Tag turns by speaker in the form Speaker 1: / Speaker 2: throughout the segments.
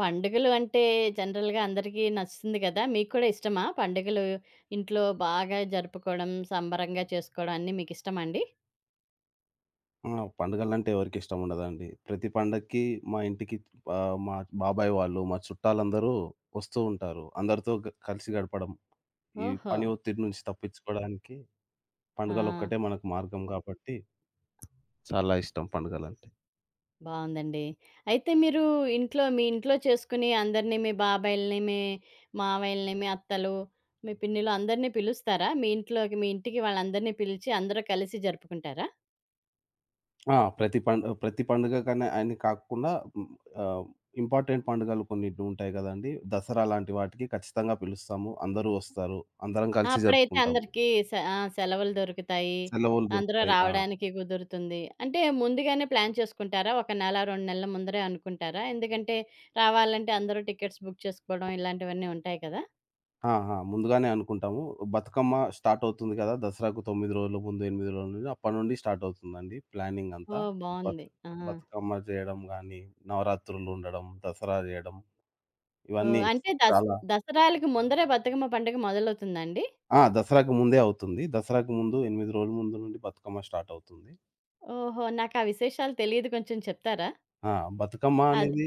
Speaker 1: పండుగలు అంటే జనరల్‌గా అందరికీ నచ్చుతుంది కదా! మీకు కూడా ఇష్టమా? పండుగలు ఇంట్లో బాగా జరుపుకోవడం, సంబరంగా చేసుకోవడం అన్నీ మీకిష్టమా అండి?
Speaker 2: ఆ! పండుగలంటే ఎవరికిష్టం ఉండదండి. ప్రతి పండక్కి మా ఇంటికి మా బాబాయ్ వాళ్ళు, మా చుట్టాలందరూ వస్తూ ఉంటారు. అందరితో కలిసి గడపడం, ఈ
Speaker 1: ఓహో!
Speaker 2: పని ఒత్తిడి నుంచి తప్పించుకోవడానికి
Speaker 1: ఆ!
Speaker 2: పండుగలొక్కటే మనకు మార్గం కాబట్టి చాలా ఇష్టం పండుగలంటే.
Speaker 1: బావుందండి. అయితే మీరు ఇంట్లో మీ ఇంట్లో చేసుకుని అందరిని మీ బాబాయిల్ని, మీ మావయ్యల్ని, మీ అత్తలు, మీ పిన్నిలు అందరిని పిలుస్తారా? మీ ఇంటికి వాళ్ళందరిని పిలిచి అందరూ కలిసి జరుపుకుంటారా?
Speaker 2: ఆ! ప్రతి పండుగకనే అని కాకుండా హ్మ్, ఆహ్, ఇంపార్టెంట్ పండుగలు కొన్ని ఉంటాయి గదండీ! దసరా లాంటి వాటికి ఖచ్చితంగా పిలుస్తాము. అందరూ వస్తారు. అందరం
Speaker 1: ఆ!
Speaker 2: కలిసి
Speaker 1: అప్పుడైతే
Speaker 2: జరుపుకుంటాము.
Speaker 1: అందరికీ సె ఆ! సెలవులు దొరుకుతాయి.
Speaker 2: సెలవులు
Speaker 1: అందరూ
Speaker 2: దొరుకుతాయి. ఆ!
Speaker 1: రావడానికి కుదురుతుంది. అంటే ముందుగానే ప్లాన్ చేసుకుంటారా? ఒక నెల, 2 నెలల ముందరే అనుకుంటారా? ఎందుకంటే రావాలంటే అందరూ టికెట్స్ బుక్ చేసుకోవడం ఇలాంటివన్నీ ఉంటాయి కదా!
Speaker 2: ఆ! ఆ! ముందుగానే అనుకుంటాము. బతుకమ్మ స్టార్ట్ అవుతుంది కదా! దసరాకు 9 రోజుల ముందు, 8 రోజుల ముందు అప్పటినుండి స్టార్ట్ అవుతుందండి ప్లానింగ్ అంతా.
Speaker 1: ఓహ్!
Speaker 2: బతు
Speaker 1: బావుంది. ఆ!
Speaker 2: బతుకమ్మ చేయడం గానీ, నవరాత్రులు ఉండడం, దసరా చేయడం
Speaker 1: ఓహ్!
Speaker 2: ఇవన్నీ
Speaker 1: అంటే
Speaker 2: చాలా.
Speaker 1: దసరాలకి ముందరే బతుకమ్మ పండుగ మొదలవుతుందాండి?
Speaker 2: ఆ! దసరాకు ముందే అవుతుంది. దసరాకు ముందు 8 రోజుల ముందు నుండి బతుకమ్మ స్టార్ట్ అవుతుంది.
Speaker 1: ఓహో! నాకా విశేషాలు తెలీదు, కొంచెం చెప్తారా?
Speaker 2: ఆ! బతుకమ్మ
Speaker 1: అది.
Speaker 2: అనేది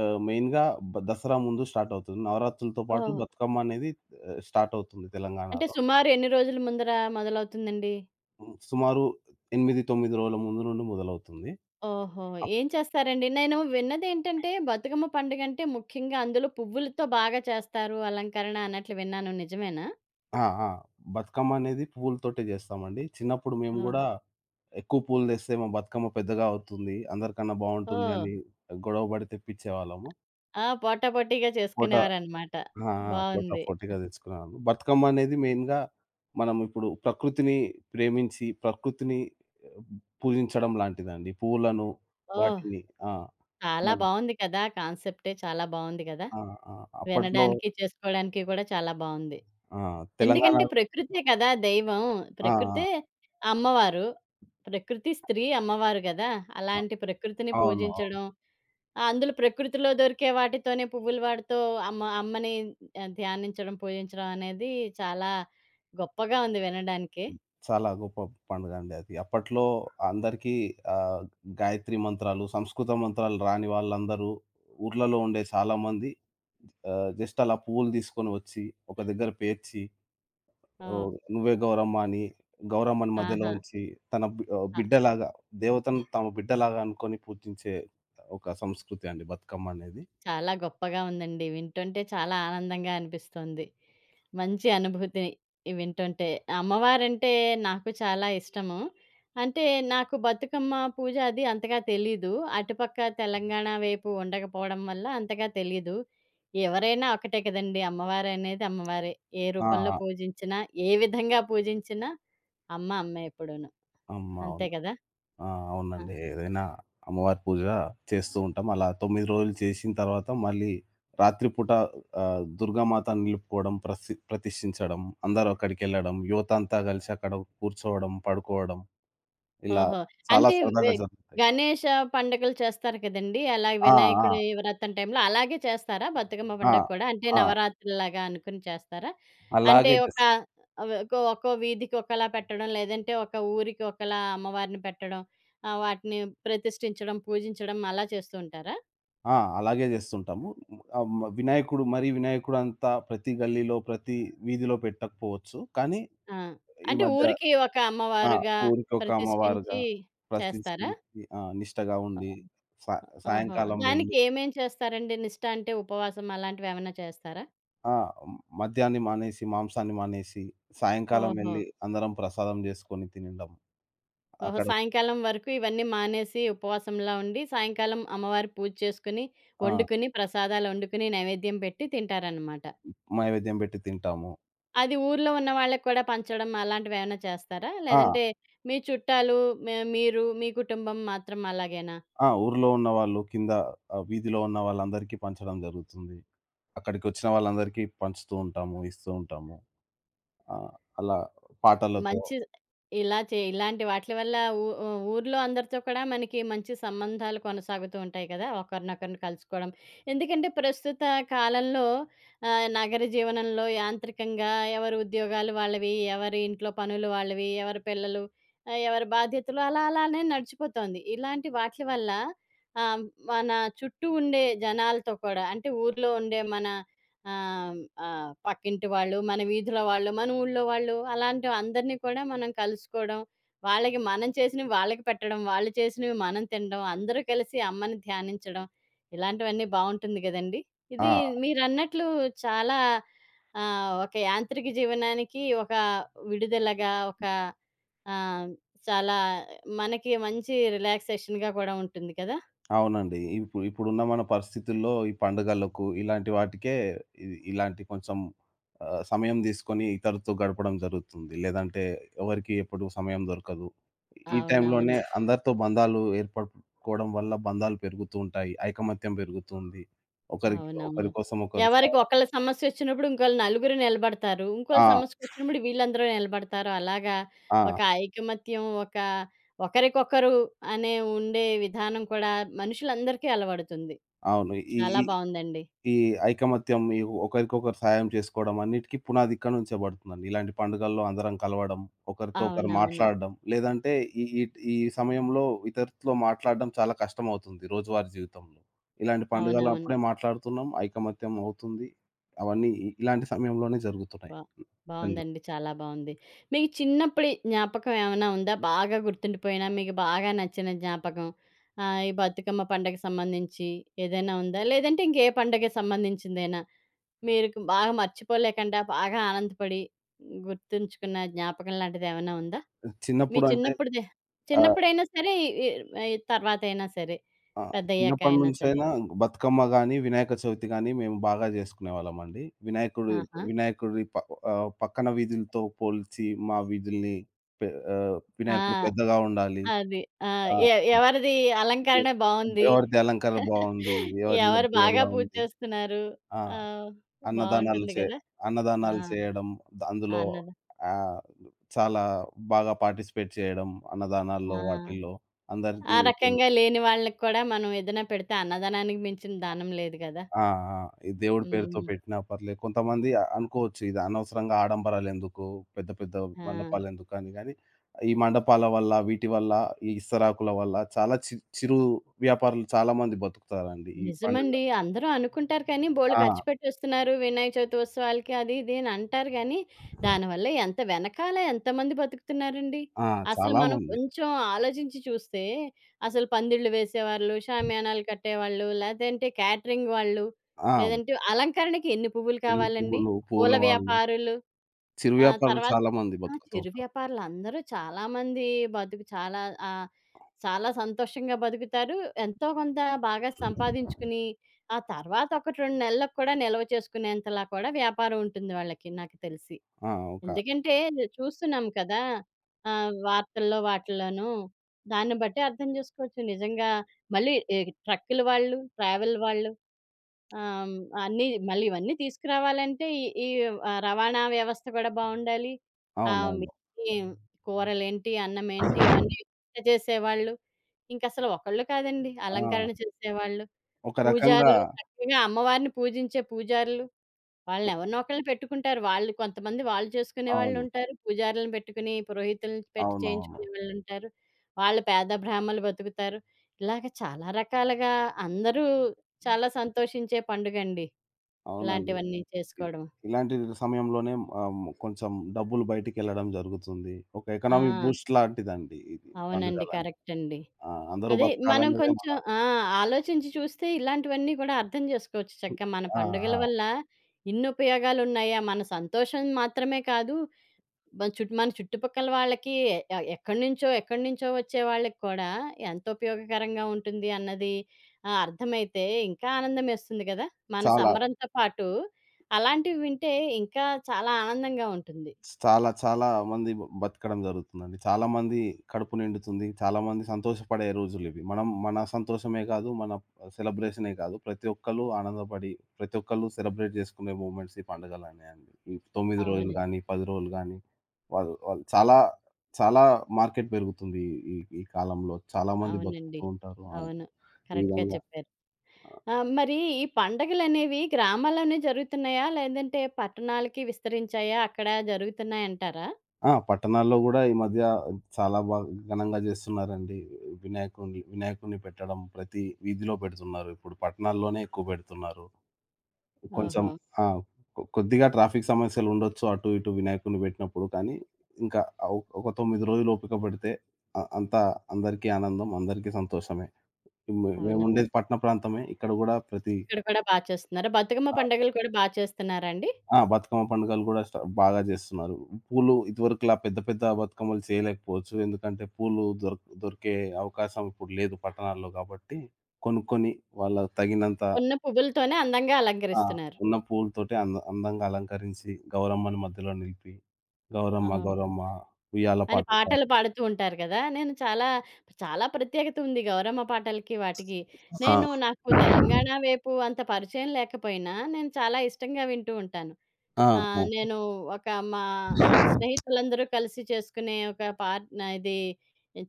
Speaker 2: మెయిన్‌గా దసరా ముందు స్టార్ట్ అవుతుంది. నవరాత్రులతో పాటు
Speaker 1: ఓహ్!
Speaker 2: బతుకమ్మ అనేది స్టార్ట్ అవుతుంది
Speaker 1: అంటే
Speaker 2: తెలంగాణలో.
Speaker 1: సుమారు ఎన్ని రోజుల ముందర మొదలవుతుందండి?
Speaker 2: సుమారు 8, 9 రోజుల ముందు నుండి మొదలవుతుంది.
Speaker 1: ఓహో! ఏం చేస్తారండి? నేను విన్నదేంటంటే, బతుకమ్మ పండుగంటే ముఖ్యంగా అందులో పువ్వులతో బాగా చేస్తారు అలంకరణ అన్నట్లు విన్నాను. నిజమేనా?
Speaker 2: ఆ! ఆ! బతుకమ్మ అనేది పువ్వులతోటే జేస్తామండి. చిన్నప్పుడు మేము
Speaker 1: ఆ!
Speaker 2: గూడా ఎక్కువ పూలు తెస్తే మా బతుకమ్మ పెద్దగా అవుతుంది. అందరికన్నా బావుంటుంది
Speaker 1: ఓహ్!
Speaker 2: అని గొడవ పడి తెప్పించేవాళ్ళము.
Speaker 1: ఆ! పోటాపోటీగా
Speaker 2: పోటా
Speaker 1: చేసుకునేవారనమాట.
Speaker 2: ఆ! ఆ! పోటా
Speaker 1: బావుంది.
Speaker 2: పోటీగా తెచ్చుకునేవాళ్ళం. బతుకమ్మ అనేది మెయిన్‌గా మనం ఇప్పుడు ప్రకృతిని ప్రేమించి, ప్రకృతిని పూజించడం లాంటిదండి. పువ్వులను
Speaker 1: ఓహ్!
Speaker 2: వాటిని. ఆ!
Speaker 1: చాలా
Speaker 2: మనం
Speaker 1: బావుంది కదా! కాన్సెప్టే చాలా బావుంది కదా!
Speaker 2: ఆ! ఆ! అప్పట్లో
Speaker 1: వినడానికి, చేసుకోవడానికి కూడా చాలా బావుంది.
Speaker 2: ఆ!
Speaker 1: ఎందుకంటే
Speaker 2: తెలంగాణలో
Speaker 1: ప్రకృతే కదా దైవం.
Speaker 2: ఆ!
Speaker 1: ప్రకృతే
Speaker 2: ఆ!
Speaker 1: అమ్మవారు. ప్రకృతి స్త్రీ అమ్మవారు గదా!
Speaker 2: ఆ!
Speaker 1: అలాంటి ప్రకృతిని
Speaker 2: అవును. అవును.
Speaker 1: పూజించడం. ఆ! అందులో ప్రకృతిలో దొరికే వాటితోనే పువ్వుల వాటితో అమ్మని ధ్యానించడం, పూజించడం అనేది చాలా గొప్పగా ఉంది వినడానికి.
Speaker 2: చాలా గొప్ప పండుగ అండి అది. అప్పట్లో అందరికీ ఆహ్, గాయత్రి మంత్రాలు, సంస్కృత మంత్రాలు రాని వాళ్ళందరూ ఊర్లలో ఉండే చాలామంది జస్ట్ అలా పువ్వులు తీసుకొని వచ్చి, ఒక దగ్గర పేర్చి,
Speaker 1: ఓహ్!
Speaker 2: "నువ్వే గౌరమ్మ" అని గౌరమ్మని మధ్యలో
Speaker 1: ఆహా!
Speaker 2: ఉంచి,
Speaker 1: ఆ!
Speaker 2: బిడ్డలాగా దేవతను తమ బిడ్డలాగా అనుకొని పూజించే ఒక సంస్కృతి అండి బతుకమ్మ అనేది.
Speaker 1: చాలా గొప్పగా ఉందండి. వింటుంటే చాలా ఆనందంగా అనిపిస్తుంది. మంచి అనుభూతి ఇవి వింటుంటే. అమ్మవారంటే నాకు చాలా ఇష్టము. అంటే నాకు బతుకమ్మ పూజ అది అంతగా తెలీదు. అటుపక్క తెలంగాణ వైపు ఉండకపోవడం వల్ల అంతగా తెలీదు. ఎవరైనా ఒకటే కదండీ! అమ్మవారనేది అమ్మవారే. ఏ
Speaker 2: ఆ!
Speaker 1: రూపంలో
Speaker 2: ఆ!
Speaker 1: పూజించినా, ఏ విధంగా పూజించినా అమ్మ అమ్మే ఎప్పుడూను.
Speaker 2: అమ్మ
Speaker 1: అంతే
Speaker 2: అవును.
Speaker 1: కదా!
Speaker 2: ఆ!
Speaker 1: ఆ!
Speaker 2: అవునండి. ఏదైనా అమ్మవారి పూజ చేస్తూ ఉంటాం. అలా 9 రోజులు చేసిన తర్వాత మళ్ళీ రాత్రి పూట దుర్గామాతను నిలుపుకోవడం, ప్రతిష్ఠించడం, అందరూ అక్కడికెళ్ళడం, యువత అంతా కలిసి అక్కడ కూర్చోవడం, పడుకోవడం ఇలా
Speaker 1: ఓహో!
Speaker 2: చాలా
Speaker 1: అంటే వె
Speaker 2: సరదాగా జరుగుతాయి.
Speaker 1: గణేష పండగలు చేస్తారు కదండీ! అలా
Speaker 2: ఆ! ఆ!
Speaker 1: వినాయకుడి వ్రతం టైంలో అలాగే చేస్తారా? బతుకమ్మ
Speaker 2: ఆ!
Speaker 1: పండగ కూడా అంటే
Speaker 2: ఆ!
Speaker 1: నవరాత్రుల్లాగా అనుకుని చేస్తారా? అంటే
Speaker 2: అలాగే
Speaker 1: ఒక
Speaker 2: చేస్
Speaker 1: ఒక్కో ఒక్కో వీధికి ఒకలా పెట్టడం, లేదంటే ఒక ఊరికి ఒకలా అమ్మవారిని పెట్టడం, వాటిని ప్రతిష్ఠించడం, పూజించడం అలా చేస్తూ ఉంటారా?
Speaker 2: ఆ! అలాగే చేస్తుంటాము. ఆహ్, మ వినాయకుడు మరి వినాయకుడు అంతా ప్రతి గల్లీలో, ప్రతి వీధిలో పెట్టకపోవచ్చు. కానీ
Speaker 1: ఆ!
Speaker 2: ఈ
Speaker 1: అంటే
Speaker 2: మధ్య
Speaker 1: ఊరికి ఒక
Speaker 2: ఆ!
Speaker 1: అమ్మవారుగా
Speaker 2: ఊరికి ఒక అమ్మవారుగా
Speaker 1: ప్రతిష్ఠించి చేస్తారా?
Speaker 2: ప్రతిష్ఠించి, ఆ! నిష్టగా ఉండి సా
Speaker 1: ఓహో!
Speaker 2: సాయంకాలం
Speaker 1: దానికి
Speaker 2: వెళ్ళి
Speaker 1: ఏమేం చేస్తారండి? నిష్ట అంటే ఉపవాసం అలాంటివేమన్నా చేస్తారా?
Speaker 2: ఆ! మద్యాన్ని మానేసి, మాంసాన్ని మానేసి సాయంకాలం
Speaker 1: ఓహో!
Speaker 2: వెళ్లి అందరం ప్రసాదం చేసుకొని తినడం.
Speaker 1: ఓహో!
Speaker 2: అక్కడ
Speaker 1: సాయంకాలం వరకు ఇవన్నీ మానేసి ఉపవాసంలా ఉండి, సాయంకాలం అమ్మవారి పూజ చేసుకొని,
Speaker 2: ఆ!
Speaker 1: వండుకొని, ప్రసాదాలొండుకొని, నైవేద్యం పెట్టి తింటారనమాట.
Speaker 2: నైవేద్యం పెట్టి తింటాము.
Speaker 1: అది ఊర్లో ఉన్న వాళ్ళకి కూడా పంచడం అలాంటివేమైనా చేస్తారా?
Speaker 2: ఆ!
Speaker 1: లేదంటే మీ చుట్టాలు, మీరు, మీ కుటుంబం మాత్రం అలాగేనా?
Speaker 2: ఆ! ఊర్లో ఉన్నవాళ్ళు కింద, వీధిలో ఉన్న వాళ్ళందరికీ పంచడం జరుగుతుంది. అక్కడికొచ్చిన వాళ్ళందరికీ పంచుతూ ఉంటాము, ఇస్తూ ఉంటాము. ఆ! అలా పాటలతో.
Speaker 1: మంచి. ఇలాంటి వాట్లి వల్ల ఊర్లో అందరితో కూడా మనకి మంచి సంబంధాలు కొనసాగుతూ ఉంటాయి కదా! ఒకరినొకరిని కలుసుకోవడం. ఎందుకంటే ప్రస్తుత కాలంలో నగర జీవనంలో యాంత్రికంగా ఎవరి ఉద్యోగాలు వాళ్ళవి, ఎవరి ఇంట్లో పనులు వాళ్ళవి, ఎవరి పిల్లలు, ఎవరి బాధ్యతలు అలా అలానే నడిచిపోతోంది. ఇలాంటి వాట్లి వల్ల ఆహ్, మన చుట్టూ ఉండే జనాలతో కూడా అంటే ఊర్లో ఉండే మన ఆహ్, ఆహ్, పక్కింటి వాళ్ళు, మన వీధిలో వాళ్ళు, మన ఊళ్ళో వాళ్ళు అలాంటి అందరిని కూడా మనం కలుసుకోవడం, వాళ్ళకి మనం చేసినవి వాళ్ళకి పెట్టడం, వాళ్ళు చేసినవి మనం తినడం, అందరూ కలిసి అమ్మని ధ్యానించడం ఇలాంటివన్నీ బావుంటుంది గదండీ!
Speaker 2: ఆ!
Speaker 1: ఇది మీరన్నట్లు చాలా ఒక యాంత్రిక జీవనానికి ఒక విడుదలగా, ఒక ఆహ్, చాలా మనకి మంచి రిలాక్సేషన్‌గా కూడా ఉంటుంది కదా!
Speaker 2: అవునండి. ఇప్పుడున్న మన పరిస్థితుల్లో ఈ పండుగలకు ఇలాంటి వాటికే ఇ ఇలాంటి కొంచెం, సమయం తీసుకొని ఇతరులతో గడపడం జరుగుతుంది. లేదంటే ఎవరికీ ఎప్పుడు సమయం దొరకదు. ఈ టైంలోనే
Speaker 1: అవునవును.
Speaker 2: అందరితో బంధాలు ఏర్పడుకోవడం వల్ల బంధాలు పెరుగుతూ ఉంటాయి. ఐకమత్యం పెరుగుతుంది. ఒకరికి
Speaker 1: అవునవును.
Speaker 2: ఒకరి కోసం ఒకరు
Speaker 1: ఎవరికి
Speaker 2: సహనం.
Speaker 1: ఒకళ్ళ సమస్యొచ్చినప్పుడు ఇంకోళ్ళు నలుగురు నిలబడతారు. ఇంకోళ్ళ
Speaker 2: ఆ!
Speaker 1: సమస్యకొచ్చినప్పుడు వీళ్ళందరూ నిలబడతారు. అలాగా ఒక
Speaker 2: ఆ!
Speaker 1: ఐకమత్యం, ఒక ఒకరికొకరు అనే ఉండే విధానం కూడా మనుషులందరికీ అలవడుతుంది.
Speaker 2: అవును. ఈ
Speaker 1: చాలా
Speaker 2: ఈ
Speaker 1: బావుందండి.
Speaker 2: ఈ ఐకమత్యం, ఈ ఒకరికొకరు సహాయం చేసుకోవడం అన్నిటికి పునాది ఇక్కడ నుంచే పడుతుందండి. ఇలాంటి పండుగల్లో అందరం కలవడం, ఒకరితో ఒకరు
Speaker 1: అవునవును.
Speaker 2: మాట్లాడడం, లేదంటే ఈ ఈ ఈ సమయంలో ఇతరులతో మాట్లాడడం చాలా కష్టమవుతుంది రోజువారీ జీవితంలో. ఇలాంటి
Speaker 1: అవునవును.
Speaker 2: పండుగలప్పుడే మాట్లాడుతున్నాం, ఐకమత్యం అవుతుంది. అవన్నీ ఇలాంటి సమయంలోనే జరుగుతున్నాయి.
Speaker 1: బా బావుందండి. చాలా బావుంది. మీకు చిన్నప్పుడి జ్ఞాపకం ఏమైనా ఉందా? బాగా గుర్తుండిపోయిన, మీకు బాగా నచ్చిన జ్ఞాపకం? ఈ బతుకమ్మ పండగకి సంబంధించి ఏదైనా ఉందా? లేదంటే ఇంకే పండగకి సంబంధించిందేనా? మీరుకు బాగా మర్చిపోలేకండా, బాగా ఆనందపడి, గుర్తుంచుకున్న జ్ఞాపకం లాంటిదేమన్నా ఉందా? మీ
Speaker 2: చిన్నప్పుడంటే
Speaker 1: చిన్నప్పుడుదే.
Speaker 2: ఆ!
Speaker 1: చిన్నప్పుడైనా సరే, ఈ ఈ తర్వాతైనా సరే,
Speaker 2: ఆ!
Speaker 1: పెద్దయ్యాక
Speaker 2: చిన్నప్పటి
Speaker 1: అయినా సరే.
Speaker 2: నుంచైనా బతుకమ్మ గాని, వినాయక చవితి గాని మేము బాగా జేసుకునేవాళ్ళమండి. వినాయకుడు
Speaker 1: ఆహా!
Speaker 2: వినాయకుడి ప ఆహ్, పక్కన వీధులతో పోల్చి మా వీధుల్ని, పె వినాయకుడు
Speaker 1: ఆ!
Speaker 2: పెద్దగా ఉండాలి.
Speaker 1: అది. ఆ!
Speaker 2: ఆ!
Speaker 1: ఎ
Speaker 2: ఆ!
Speaker 1: ఎవరిది
Speaker 2: ఎ
Speaker 1: అలంకరణ బావుంది?
Speaker 2: ఎవరిది అలంకరణ బావుంది? ఎవరి
Speaker 1: ఎవరు
Speaker 2: లడ్డు
Speaker 1: బాగా
Speaker 2: ఎలా
Speaker 1: పూజ
Speaker 2: ఉంది?
Speaker 1: చేస్తున్నారు?
Speaker 2: ఆ!
Speaker 1: ఆహ్,
Speaker 2: అన్నదానాలు
Speaker 1: బావుంటుంది
Speaker 2: చే
Speaker 1: గదా! ఆ!
Speaker 2: అన్నదానాలు చేయడం. అందులో
Speaker 1: అన్నద
Speaker 2: ఆహ్, చాలా బాగా పార్టిసిపేట్ చేయడం అన్నదానాల్లో
Speaker 1: ఆ!
Speaker 2: వాటిల్లో
Speaker 1: ఆ
Speaker 2: అందరికీ.
Speaker 1: రకంగా లేని వాళ్ళకి కూడా మనం ఏదైనా పెడితే అన్నదానానికి మించిన దానం లేదు గదా!
Speaker 2: ఆ! ఆ! ఈ దేవుడి పేరుతో
Speaker 1: హ్మ్.
Speaker 2: పెట్టినా పర్లేదు. కొంతమంది అనుకోవచ్చు ఇది అనవసరంగా ఆడంబరాలెందుకు, పెద్ద పెద్ద
Speaker 1: ఆ!
Speaker 2: మండపాలెందుకు అని గాని, ఈ మండపాల వల్ల, వీటి వల్ల, ఈ ఇస్తరాకుల వల్ల చాలా చిరు వ్యాపారులు చాలా మంది బతుకుతారండి ఈ పండుగ.
Speaker 1: నిజమండి. అందరూ అనుకుంటారు కానీ, బోలెడు
Speaker 2: ఆ!
Speaker 1: ఖర్చు పెట్టేస్తున్నారు వినాయక చవితి ఉత్సవాలకి, అది, ఇది అని అంటారు గానీ, దానివల్ల ఎంత వెనకాల ఎంతమంది బతుకుతున్నారండి?
Speaker 2: ఆ!
Speaker 1: అసలు
Speaker 2: చాలా
Speaker 1: మనం
Speaker 2: మంది.
Speaker 1: కొంచెం ఆలోచించి చూస్తే, అసలు పందిళ్ళు వేసేవాళ్ళు, షామియానాలు కట్టేవాళ్ళు, లేదంటే క్యాటరింగ్ వాళ్ళు,
Speaker 2: ఆ!
Speaker 1: లేదంటే అలంకరణకి ఎన్ని పువ్వులు
Speaker 2: పెళ్లి
Speaker 1: కావాలండి?
Speaker 2: పువ్వులు, పూల
Speaker 1: పూల
Speaker 2: వాళ్ళు,
Speaker 1: వ్యాపారులు.
Speaker 2: చిరు
Speaker 1: ఆ!
Speaker 2: వ్యాపారులు
Speaker 1: తర్వాత
Speaker 2: చాలా మంది
Speaker 1: ఆ!
Speaker 2: బతుకుతూ
Speaker 1: చిరు
Speaker 2: ఉంటారు.
Speaker 1: వ్యాపారులు అందరూ, చాలామంది చాలా ఆహ్, చాలా సంతోషంగా బతుకుతారు. ఎంతో కొంత బాగా సంపాదించుకుని, ఆ తర్వాత ఒకటి 2 నెలలకు కూడా నిల్వ చేసుకునేంతలా కూడా వ్యాపారం ఉంటుంది వాళ్ళకి నాకు తెలిసి.
Speaker 2: ఆ! ఒక
Speaker 1: ఎందుకంటే చూస్తున్నాం కదా! వార్తల్లో వాటిల్లోనూ. దాన్ని బట్టి అర్థం చేసుకోవచ్చు నిజంగా. మళ్ళీ ట్రక్కుల వాళ్ళు, ట్రావెల్ వాళ్ళు, ఆహ్, అన్నీ మళ్ళీ ఇవన్నీ తీసుకురావాలంటే ఈ ఈ రవాణా వ్యవస్థ కూడా బావుండాలి. ఆహ్,
Speaker 2: అవునవును.
Speaker 1: ఈ కూరలేంటి, అన్నమేంటి అవన్నీ వంట చేసేవాళ్ళు. ఇంకసలు ఒకళ్ళు కాదండి అలంకరణ
Speaker 2: ఆ!
Speaker 1: చేసేవాళ్ళు.
Speaker 2: ఒక రకంగా
Speaker 1: పూజారులు, చక్కగా అమ్మవారిని పూజించే పూజారులు. వాళ్ళని ఎవరినో ఒకళ్ళని పెట్టుకుంటారు. వాళ్ళు కొంతమంది వాళ్ళు చేసుకునే
Speaker 2: అవును.
Speaker 1: వాళ్ళుంటారు. పూజారులను పెట్టుకుని, పురోహితుల్ని పెట్టి
Speaker 2: అవునవును.
Speaker 1: చేయించుకునే వాళ్ళుంటారు. వాళ్ళు పేద బ్రాహ్మలు బతుకుతారు. ఇలాగ చాలా రకాలుగా అందరూ చాలా సంతోషించే పండుగండి.
Speaker 2: అవునండి.
Speaker 1: ఇలాంటివన్నీ
Speaker 2: ఇ
Speaker 1: చేసుకోవడం.
Speaker 2: ఇలాంటి సమయంలోనే కొంచెం డబ్బులు బయటికెళ్ళడం జరుగుతుంది. ఒక ఎకనామిక్
Speaker 1: ఆ!
Speaker 2: బూస్ట్ లాంటిదండి ఇది
Speaker 1: అవునండి.
Speaker 2: పండుగలని.
Speaker 1: కరెక్ట్ అండి.
Speaker 2: ఆ! అందరూ
Speaker 1: అదే మనం
Speaker 2: బతకాలనేదే మన.
Speaker 1: కొంచెం ఆ! ఆలోచించి చూస్తే ఇలాంటివన్నీ కూడా అర్థం చేసుకోవచ్చు చక్కగా. మన
Speaker 2: ఆ!
Speaker 1: పండుగల
Speaker 2: ఆ!
Speaker 1: వల్ల ఇన్ని ఉపయోగాలున్నాయా? మన సంతోషం మాత్రమే కాదు, మన చుట్టుపక్కల వాళ్ళకి, ఎక్కడి నుంచో, ఎక్కడి నుంచో వచ్చే వాళ్ళకి కూడా ఎంత ఉపయోగకరంగా ఉంటుంది అన్నది అర్థమైతే ఇంకా ఆనందమేస్తుంది కదా! మన
Speaker 2: చాలా.
Speaker 1: సంబరంతో పాటు అలాంటివి వింటే ఇంకా చాలా ఆనందంగా ఉంటుంది.
Speaker 2: చాలా చాలా మంది బతకడం జరుగుతుందండి. చాలామంది కడుపు నిండుతుంది. చాలామంది సంతోషపడే రోజులివి. మనం మన సంతోషమే కాదు, మన సెలబ్రేషనే కాదు. ప్రతి ఒక్కళ్ళు ఆనందపడి, ప్రతి ఒక్కళ్ళు సెలబ్రేట్ చేసుకునే మూమెంట్స్ ఈ పండుగలనే అండి. ఈ 9 రోజులు
Speaker 1: అవును.
Speaker 2: గానీ, 10 రోజులు గానీ, వాళ్ళు వాళ్ళు చాలా చాలా మార్కెట్ పెరుగుతుంది ఈ ఈ ఈ కాలంలో. చాలామంది
Speaker 1: అవునండి.
Speaker 2: బతుకుతూ ఉంటారు. ఆ!
Speaker 1: అవును.
Speaker 2: ఈ
Speaker 1: కరెక్ట్‌గా
Speaker 2: విధంగా.
Speaker 1: చెప్పారు. ఆ! మరి ఈ పండగలనేవి గ్రామాల్లోనే జరుగుతున్నాయా? లేదంటే పట్టణాలకి విస్తరించాయా? అక్కడ జరుగుతున్నాయంటారా?
Speaker 2: ఆ! పట్టణాల్లో గూడా ఈ మధ్య చాలా ఘనంగా జేస్తున్నారండి. వినాయకుడిని వినాయకుడిని పెట్టడం ప్రతి వీధిలో పెడుతున్నారు. ఇప్పుడు పట్టణాల్లోనే ఎక్కువ పెడుతున్నారు. కొంచెం
Speaker 1: ఓహో!
Speaker 2: ఆ! కొద్దిగా ట్రాఫిక్ సమస్యలుండొచ్చు అటు ఇటు వినాయకుడిని పెట్టినప్పుడు. కానీ ఇంకా ఒక 9 రోజులు ఓపిక పడితే అంతా అందరికీ ఆనందం, అందరికీ సంతోషమే.
Speaker 1: అవునవును.
Speaker 2: మేముండేది పట్టణ ప్రాంతమే. ఇక్కడ గూడా ప్రతి.
Speaker 1: ఇక్కడ కూడా బా చేస్తున్నారా? బతుకమ్మ
Speaker 2: ఆ!
Speaker 1: పండుగలు కూడా బా చేస్తున్నారా అండి?
Speaker 2: ఆ! బతుకమ్మ పండుగలు గూడా బాగా జేస్తున్నారు. పూలు ఇదివరకులా పెద్ద పెద్ద బతుకమ్మలు చేయలేకపోవచ్చు. ఎందుకంటే పూలు దొరికే అవకాశం ఇప్పుడు లేదు పట్టణాల్లో గాబట్టి, కొనుక్కొని వాళ్ళకి తగినంత.
Speaker 1: ఉన్న పువ్వులతోనే అందంగా
Speaker 2: ఆ!
Speaker 1: అలంకరిస్తున్నారు.
Speaker 2: ఉన్న పూలతోటి అందంగా అలంకరించి, గౌరమ్మని మధ్యలో నిలిపి, గౌరమ్మ
Speaker 1: ఆ!
Speaker 2: గౌరమ్మ ఉయ్యాల
Speaker 1: అని
Speaker 2: పాట పాడుతూ.
Speaker 1: పాటలు పాడుతూ ఉంటారు కదా! నేను చాలా, చాలా ప్రత్యేకత ఉంది గౌరమ్మ పాటలకి వాటికి. నేను
Speaker 2: ఆ!
Speaker 1: నాకు తెలంగాణ వైపు అంత పరిచయం లేకపోయినా, నేను చాలా ఇష్టంగా వింటూ ఉంటాను.
Speaker 2: ఆ!
Speaker 1: ఆ!
Speaker 2: హ్మ్.
Speaker 1: నేను ఒక మా స్నేహితులందరూ కలిసి చేసుకునే ఒక పార్ ఇది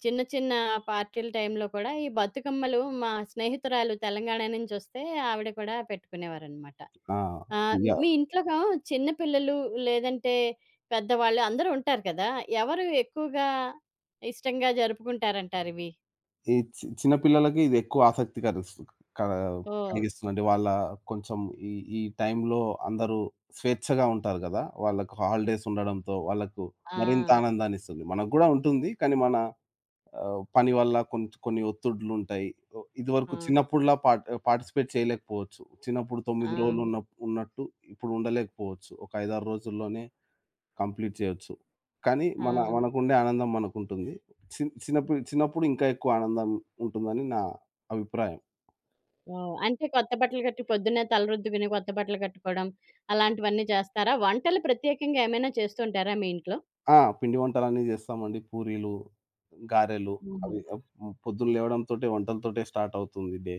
Speaker 1: చిన్న చిన్న పార్టీల టైంలో కూడా ఈ బతుకమ్మలు, మా స్నేహితురాలు తెలంగాణ నుంచొస్తే ఆవిడ కూడా పెట్టుకునేవారనమాట.
Speaker 2: ఆ! ఇగ
Speaker 1: మీ ఇంట్లోగా చిన్న పిల్లలు, లేదంటే పెద్దవాళ్ళు అందరూ ఉంటారు కదా! ఎవరు ఎక్కువగా ఇష్టంగా జరుపుకుంటారంటారివి?
Speaker 2: ఈ చిన్న పిల్లలకి ఇది ఎక్కువ ఆసక్తి క
Speaker 1: ఓహ్!
Speaker 2: కలిగిస్తుందండి. వాళ్ళ కొంచెం ఈ ఈ టైంలో అందరూ స్వేచ్ఛగా ఉంటారు గదా! వాళ్ళకు హాలిడేస్ ఉండడంతో వాళ్ళకు
Speaker 1: ఆ!
Speaker 2: మరింత ఆనందాన్నిస్తుంది. మనకు గూడా ఉంటుంది. కానీ మన, పని వల్ల కొన్ని ఒత్తిడులుంటాయి. ఓ
Speaker 1: ఆ!
Speaker 2: ఇదివరకు చిన్నప్పుడులా పార్టిసిపేట్ చేయలేకపోవచ్చు. చిన్నప్పుడు
Speaker 1: ఆ!
Speaker 2: 9 రోజులు ఉన్నట్టు ఇప్పుడు ఉండలేకపోవచ్చు. ఒక 5, 6 రోజుల్లోనే కంప్లీట్ చేయొచ్చు. కానీ
Speaker 1: ఆ!
Speaker 2: మనకుండే ఆనందం మనకుంటుంది. చిన్నప్పుడు చిన్నప్పుడు ఇంకా ఎక్కువ ఆనందం ఉంటుందని నా అభిప్రాయం.
Speaker 1: ఓహ్! అంటే కొత్త బట్టలు కట్టి, పొద్దున్నే తలరుద్దుకుని కొత్త బట్టలు కట్టుకోవడం అలాంటివన్నీ చేస్తారా? వంటలు ప్రత్యేకంగా ఏమైనా చేస్తుంటారా మీ ఇంట్లో?
Speaker 2: ఆ! పిండి వంటలన్నీ చేస్తామండి. పూరీలు, గారెలు
Speaker 1: హుహు.
Speaker 2: అవి, పొద్దున లేవడంతోటే వంటలతోటే స్టార్ట్ అవుతుంది డే.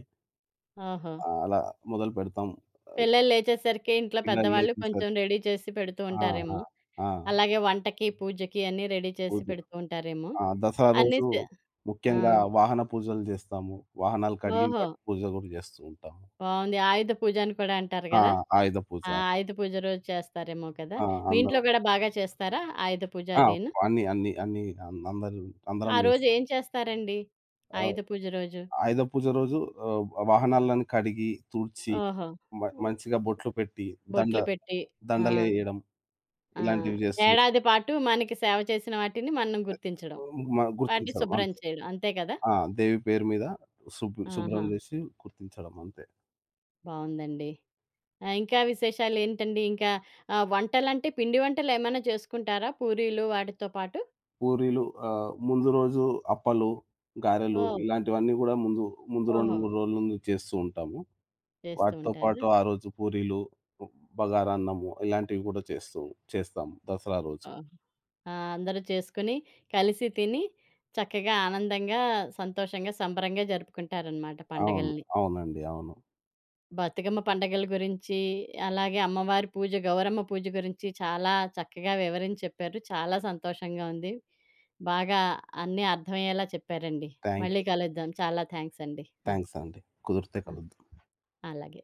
Speaker 1: ఓహో!
Speaker 2: అలా మొదలు పెడతాం. ఆహ్,
Speaker 1: పిల్లలు లేచేసరికి ఇంట్లో
Speaker 2: పిల్లలు
Speaker 1: పెద్దవాళ్ళు కొంచెం
Speaker 2: లేచేసరికి.
Speaker 1: రెడీ చేసి పెడుతూ
Speaker 2: ఆ!
Speaker 1: ఉంటారేమో.
Speaker 2: ఆ! ఆ!
Speaker 1: అలాగే వంటకి, పూజకి అన్నీ రెడీ చేసి
Speaker 2: పూజ.
Speaker 1: పెడుతూ ఉంటారేమో.
Speaker 2: ఆ! దసరా
Speaker 1: అన్నీ
Speaker 2: రోజు
Speaker 1: చే ఆ!
Speaker 2: ముఖ్యంగా వాహన పూజలు చేస్తాము. వాహనాలు కడిగి
Speaker 1: ఓహో!
Speaker 2: వాటి పూజ కూడా చేస్తూ ఉంటాము.
Speaker 1: బావుంది. ఆయుధ పూజ అని కూడా అంటారు
Speaker 2: ఆ!
Speaker 1: కదా!
Speaker 2: ఆయుధ పూజ.
Speaker 1: ఆ! ఆయుధ పూజ రోజు చేస్తారేమో కదా!
Speaker 2: ఆ!
Speaker 1: మీ
Speaker 2: అందరం.
Speaker 1: ఇంట్లో కూడా బాగా చేస్తారా? ఆయుధ పూజ
Speaker 2: ఆ!
Speaker 1: అదీను.
Speaker 2: అన్నీ, అన్నీ, అన్నీ అం అందరూ
Speaker 1: ఆ
Speaker 2: అందరం
Speaker 1: రోజు
Speaker 2: చేస్తాం.
Speaker 1: ఏం చేస్తారండి?
Speaker 2: ఆహ్,
Speaker 1: ఆయుధ పూజ రోజు?
Speaker 2: ఆయుధ పూజ రోజు ఆహ్, వాహనాలను కడిగి, తుడిచి,
Speaker 1: ఓహో!
Speaker 2: మంచిగా బొట్లు పెట్టి, దండ
Speaker 1: బొట్లు పెట్టి. ఆ!
Speaker 2: దండలేయడం
Speaker 1: ఆ!
Speaker 2: ఇలాంటివి చేస్తూ
Speaker 1: ఏడాది పాటు మనకి సేవ చేసిన వాటిని మనం గుర్తించడం. వాటిని
Speaker 2: గుర్తించడం
Speaker 1: శుభ్రం
Speaker 2: అంతే.
Speaker 1: చేయడం. అంతే కదా!
Speaker 2: ఆ! దేవి పేరు మీద
Speaker 1: ఆహా!
Speaker 2: శుభ్రం చేసి గుర్తించడం అంతే.
Speaker 1: బావుందండి. ఆ! ఇంకా విశేషాలేంటండి? ఇంకా వంటలంటే పిండి వంటలేమైనా చేసుకుంటారా? పూరీలు వాటితో పాటు?
Speaker 2: పూరీలు, ముందు రోజు అప్పలు, గారెలు
Speaker 1: ఓహ్!
Speaker 2: ఇలాంటివన్నీ గూడా ముందు, ముందు 2,
Speaker 1: ఓహో!
Speaker 2: 3 రోజుల ముందు చేస్తూ ఉంటాము.
Speaker 1: చేస్తూ
Speaker 2: వాటితో
Speaker 1: ఉంటారా?
Speaker 2: పాటు ఆ రోజు పూరీలు, బగారా అన్నము ఇలాంటివి గూడా చేస్తూ చేస్తాం దసరా రోజు.
Speaker 1: ఓహ్! ఆ! అందరూ చేసుకొని, కలిసి తిని, చక్కగా ఆనందంగా, సంతోషంగా, సంబరంగా జరుపుకుంటారనమాట
Speaker 2: అవును.
Speaker 1: పండగలని.
Speaker 2: అవునండి. అవును.
Speaker 1: బతుకమ్మ పండగల గురించి, అలాగే అమ్మవారి పూజ, గౌరమ్మ పూజ గురించి చాలా చక్కగా వివరించి చెప్పారు. చాలా సంతోషంగా ఉంది. బాగా అన్నీ అర్థమయ్యేలా చెప్పారండి. మళ్ళీ
Speaker 2: థాంక్యూ.
Speaker 1: కలుద్దాం. చాలా థ్యాంక్స్ అండి. ఆ!
Speaker 2: థాంక్స్ అండి. కుదిరితే
Speaker 1: ఆ!
Speaker 2: కలుద్దాం.
Speaker 1: అలాగే.